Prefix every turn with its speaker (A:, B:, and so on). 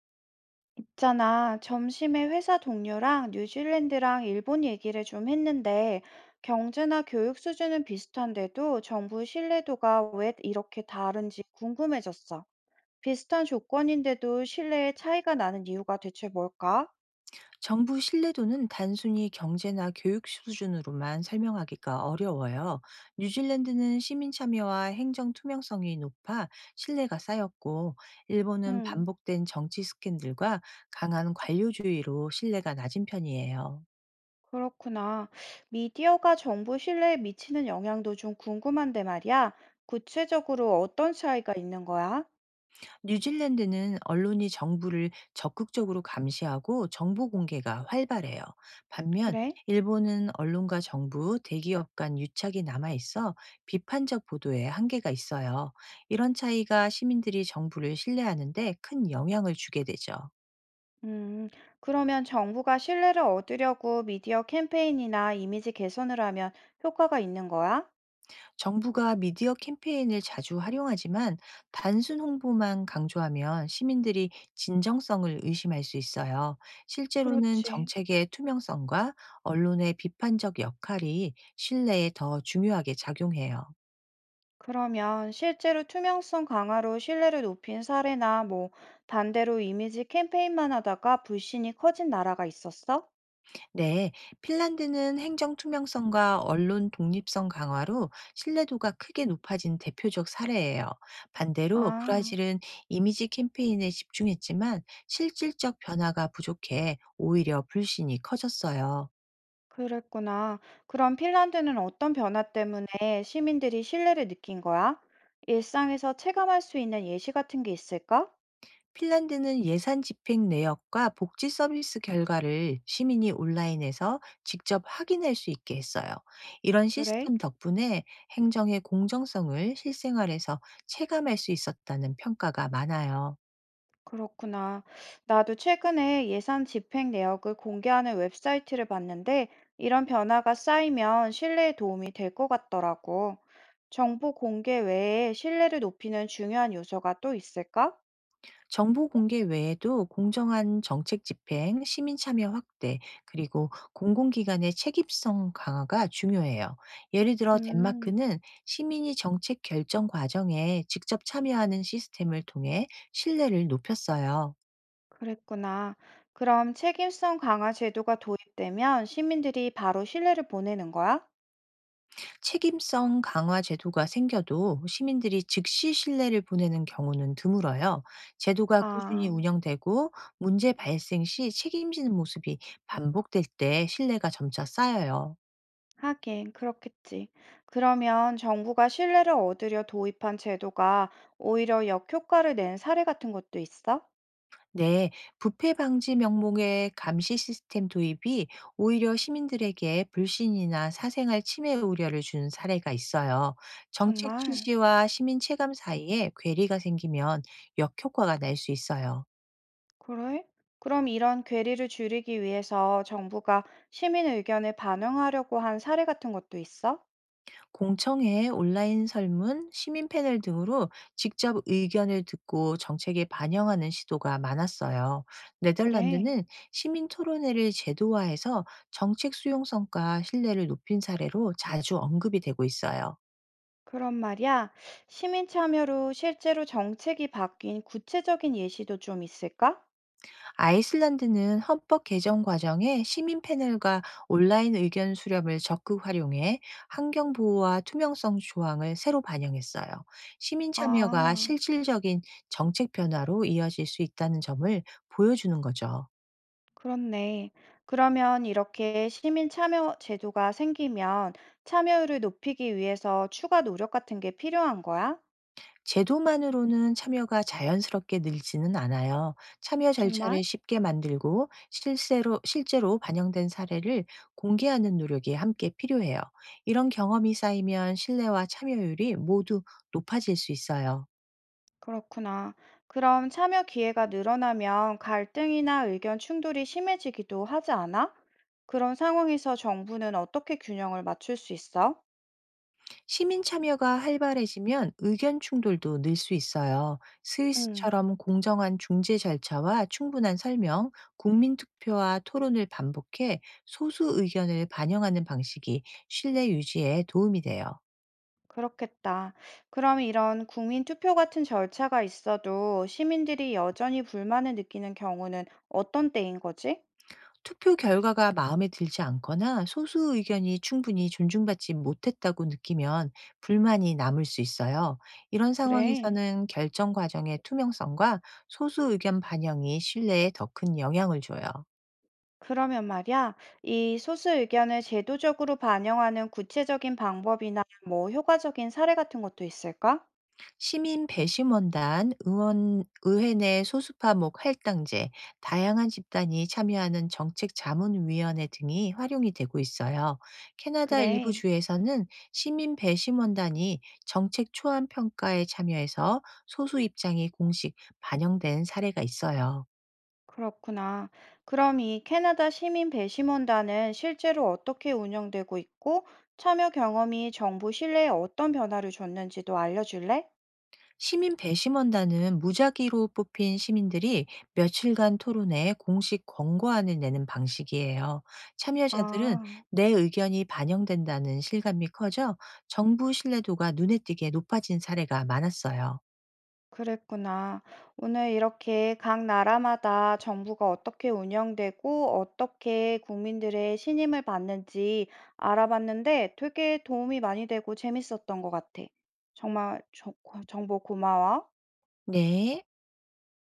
A: 있잖아, 점심에 회사 동료랑 뉴질랜드랑 일본 얘기를 좀 했는데, 경제나 교육 수준은 비슷한데도 정부 신뢰도가 왜 이렇게 다른지 궁금해졌어. 비슷한 조건인데도 신뢰의 차이가 나는 이유가 대체 뭘까?
B: 정부 신뢰도는 단순히 경제나 교육 수준으로만 설명하기가 어려워요. 뉴질랜드는 시민 참여와 행정 투명성이 높아 신뢰가 쌓였고, 일본은
A: 음,
B: 반복된 정치 스캔들과 강한 관료주의로 신뢰가 낮은 편이에요.
A: 그렇구나. 미디어가 정부 신뢰에 미치는 영향도 좀 궁금한데 말이야. 구체적으로 어떤 차이가 있는 거야?
B: 뉴질랜드는 언론이 정부를 적극적으로 감시하고 정보 공개가 활발해요. 반면
A: 그래?
B: 일본은 언론과 정부, 대기업 간 유착이 남아 있어 비판적 보도에 한계가 있어요. 이런 차이가 시민들이 정부를 신뢰하는데 큰 영향을 주게 되죠.
A: 음, 그러면 정부가 신뢰를 얻으려고 미디어 캠페인이나 이미지 개선을 하면 효과가 있는 거야?
B: 정부가 미디어 캠페인을 자주 활용하지만 단순 홍보만 강조하면 시민들이 진정성을 의심할 수 있어요. 실제로는
A: 그렇지.
B: 정책의 투명성과 언론의 비판적 역할이 신뢰에 더 중요하게 작용해요.
A: 그러면 실제로 투명성 강화로 신뢰를 높인 사례나 뭐 반대로 이미지 캠페인만 하다가 불신이 커진 나라가 있었어?
B: 네, 핀란드는 행정 투명성과 언론 독립성 강화로 신뢰도가 크게 높아진 대표적 사례예요. 반대로
A: 아,
B: 브라질은 이미지 캠페인에 집중했지만 실질적 변화가 부족해 오히려 불신이 커졌어요.
A: 그랬구나. 그럼 핀란드는 어떤 변화 때문에 시민들이 신뢰를 느낀 거야? 일상에서 체감할 수 있는 예시 같은 게 있을까?
B: 핀란드는 예산 집행 내역과 복지 서비스 결과를 시민이 온라인에서 직접 확인할 수 있게 했어요. 이런
A: 그래?
B: 시스템 덕분에 행정의 공정성을 실생활에서 체감할 수 있었다는 평가가 많아요.
A: 그렇구나. 나도 최근에 예산 집행 내역을 공개하는 웹사이트를 봤는데 이런 변화가 쌓이면 신뢰에 도움이 될 것 같더라고. 정보 공개 외에 신뢰를 높이는 중요한 요소가 또 있을까?
B: 정보 공개 외에도 공정한 정책 집행, 시민 참여 확대, 그리고 공공기관의 책임성 강화가 중요해요. 예를 들어
A: 음,
B: 덴마크는 시민이 정책 결정 과정에 직접 참여하는 시스템을 통해 신뢰를 높였어요.
A: 그랬구나. 그럼 책임성 강화 제도가 도입되면 시민들이 바로 신뢰를 보내는 거야?
B: 책임성 강화 제도가 생겨도 시민들이 즉시 신뢰를 보내는 경우는 드물어요. 제도가 꾸준히
A: 아.
B: 운영되고 문제 발생 시 책임지는 모습이 반복될 때 신뢰가 점차 쌓여요.
A: 하긴 그렇겠지. 그러면 정부가 신뢰를 얻으려 도입한 제도가 오히려 역효과를 낸 사례 같은 것도 있어?
B: 네, 부패 방지 명목의 감시 시스템 도입이 오히려 시민들에게 불신이나 사생활 침해 우려를 준 사례가 있어요. 정책
A: 정말
B: 취지와 시민 체감 사이에 괴리가 생기면 역효과가 날 수 있어요.
A: 그래? 그럼 이런 괴리를 줄이기 위해서 정부가 시민 의견을 반영하려고 한 사례 같은 것도 있어?
B: 공청회, 온라인 설문, 시민 패널 등으로 직접 의견을 듣고 정책에 반영하는 시도가 많았어요.
A: 그래.
B: 네덜란드는 시민 토론회를 제도화해서 정책 수용성과 신뢰를 높인 사례로 자주 언급이 되고 있어요.
A: 그런 말이야. 시민 참여로 실제로 정책이 바뀐 구체적인 예시도 좀 있을까?
B: 아이슬란드는 헌법 개정 과정에 시민 패널과 온라인 의견 수렴을 적극 활용해 환경 보호와 투명성 조항을 새로 반영했어요. 시민 참여가
A: 아.
B: 실질적인 정책 변화로 이어질 수 있다는 점을 보여주는 거죠.
A: 그렇네. 그러면 이렇게 시민 참여 제도가 생기면 참여율을 높이기 위해서 추가 노력 같은 게 필요한 거야?
B: 제도만으로는 참여가 자연스럽게 늘지는 않아요. 참여
A: 정말?
B: 절차를 쉽게 만들고 실제로 반영된 사례를 공개하는 노력이 함께 필요해요. 이런 경험이 쌓이면 신뢰와 참여율이 모두 높아질 수 있어요.
A: 그렇구나. 그럼 참여 기회가 늘어나면 갈등이나 의견 충돌이 심해지기도 하지 않아? 그런 상황에서 정부는 어떻게 균형을 맞출 수 있어?
B: 시민 참여가 활발해지면 의견 충돌도 늘 수 있어요.
A: 음,
B: 스위스처럼 공정한 중재 절차와 충분한 설명, 국민 투표와 토론을 반복해 소수 의견을 반영하는 방식이 신뢰 유지에 도움이 돼요.
A: 그렇겠다. 그럼 이런 국민 투표 같은 절차가 있어도 시민들이 여전히 불만을 느끼는 경우는 어떤 때인 거지?
B: 투표 결과가 마음에 들지 않거나 소수 의견이 충분히 존중받지 못했다고 느끼면 불만이 남을 수 있어요. 이런
A: 그래.
B: 상황에서는 결정 과정의 투명성과 소수 의견 반영이 신뢰에 더 큰 영향을 줘요.
A: 그러면 말이야, 이 소수 의견을 제도적으로 반영하는 구체적인 방법이나 뭐 효과적인 사례 같은 것도 있을까?
B: 시민 배심원단, 의원 의회 내 소수파 목 할당제, 다양한 집단이 참여하는 정책 자문 위원회 등이 활용이 되고 있어요. 캐나다 일부
A: 그래,
B: 주에서는 시민 배심원단이 정책 초안 평가에 참여해서 소수 입장이 공식 반영된 사례가 있어요.
A: 그렇구나. 그럼 이 캐나다 시민 배심원단은 실제로 어떻게 운영되고 있고, 참여 경험이 정부 신뢰에 어떤 변화를 줬는지도 알려줄래?
B: 시민 배심원단은 무작위로 뽑힌 시민들이 며칠간 토론회 공식 권고안을 내는 방식이에요. 참여자들은
A: 아.
B: 내 의견이 반영된다는 실감이 커져 정부 신뢰도가 눈에 띄게 높아진 사례가 많았어요.
A: 그랬구나. 오늘 이렇게 각 나라마다 정부가 어떻게 운영되고 어떻게 국민들의 신임을 받는지 알아봤는데 되게 도움이 많이 되고 재밌었던 것 같아. 정말 정보 고마워.
B: 네.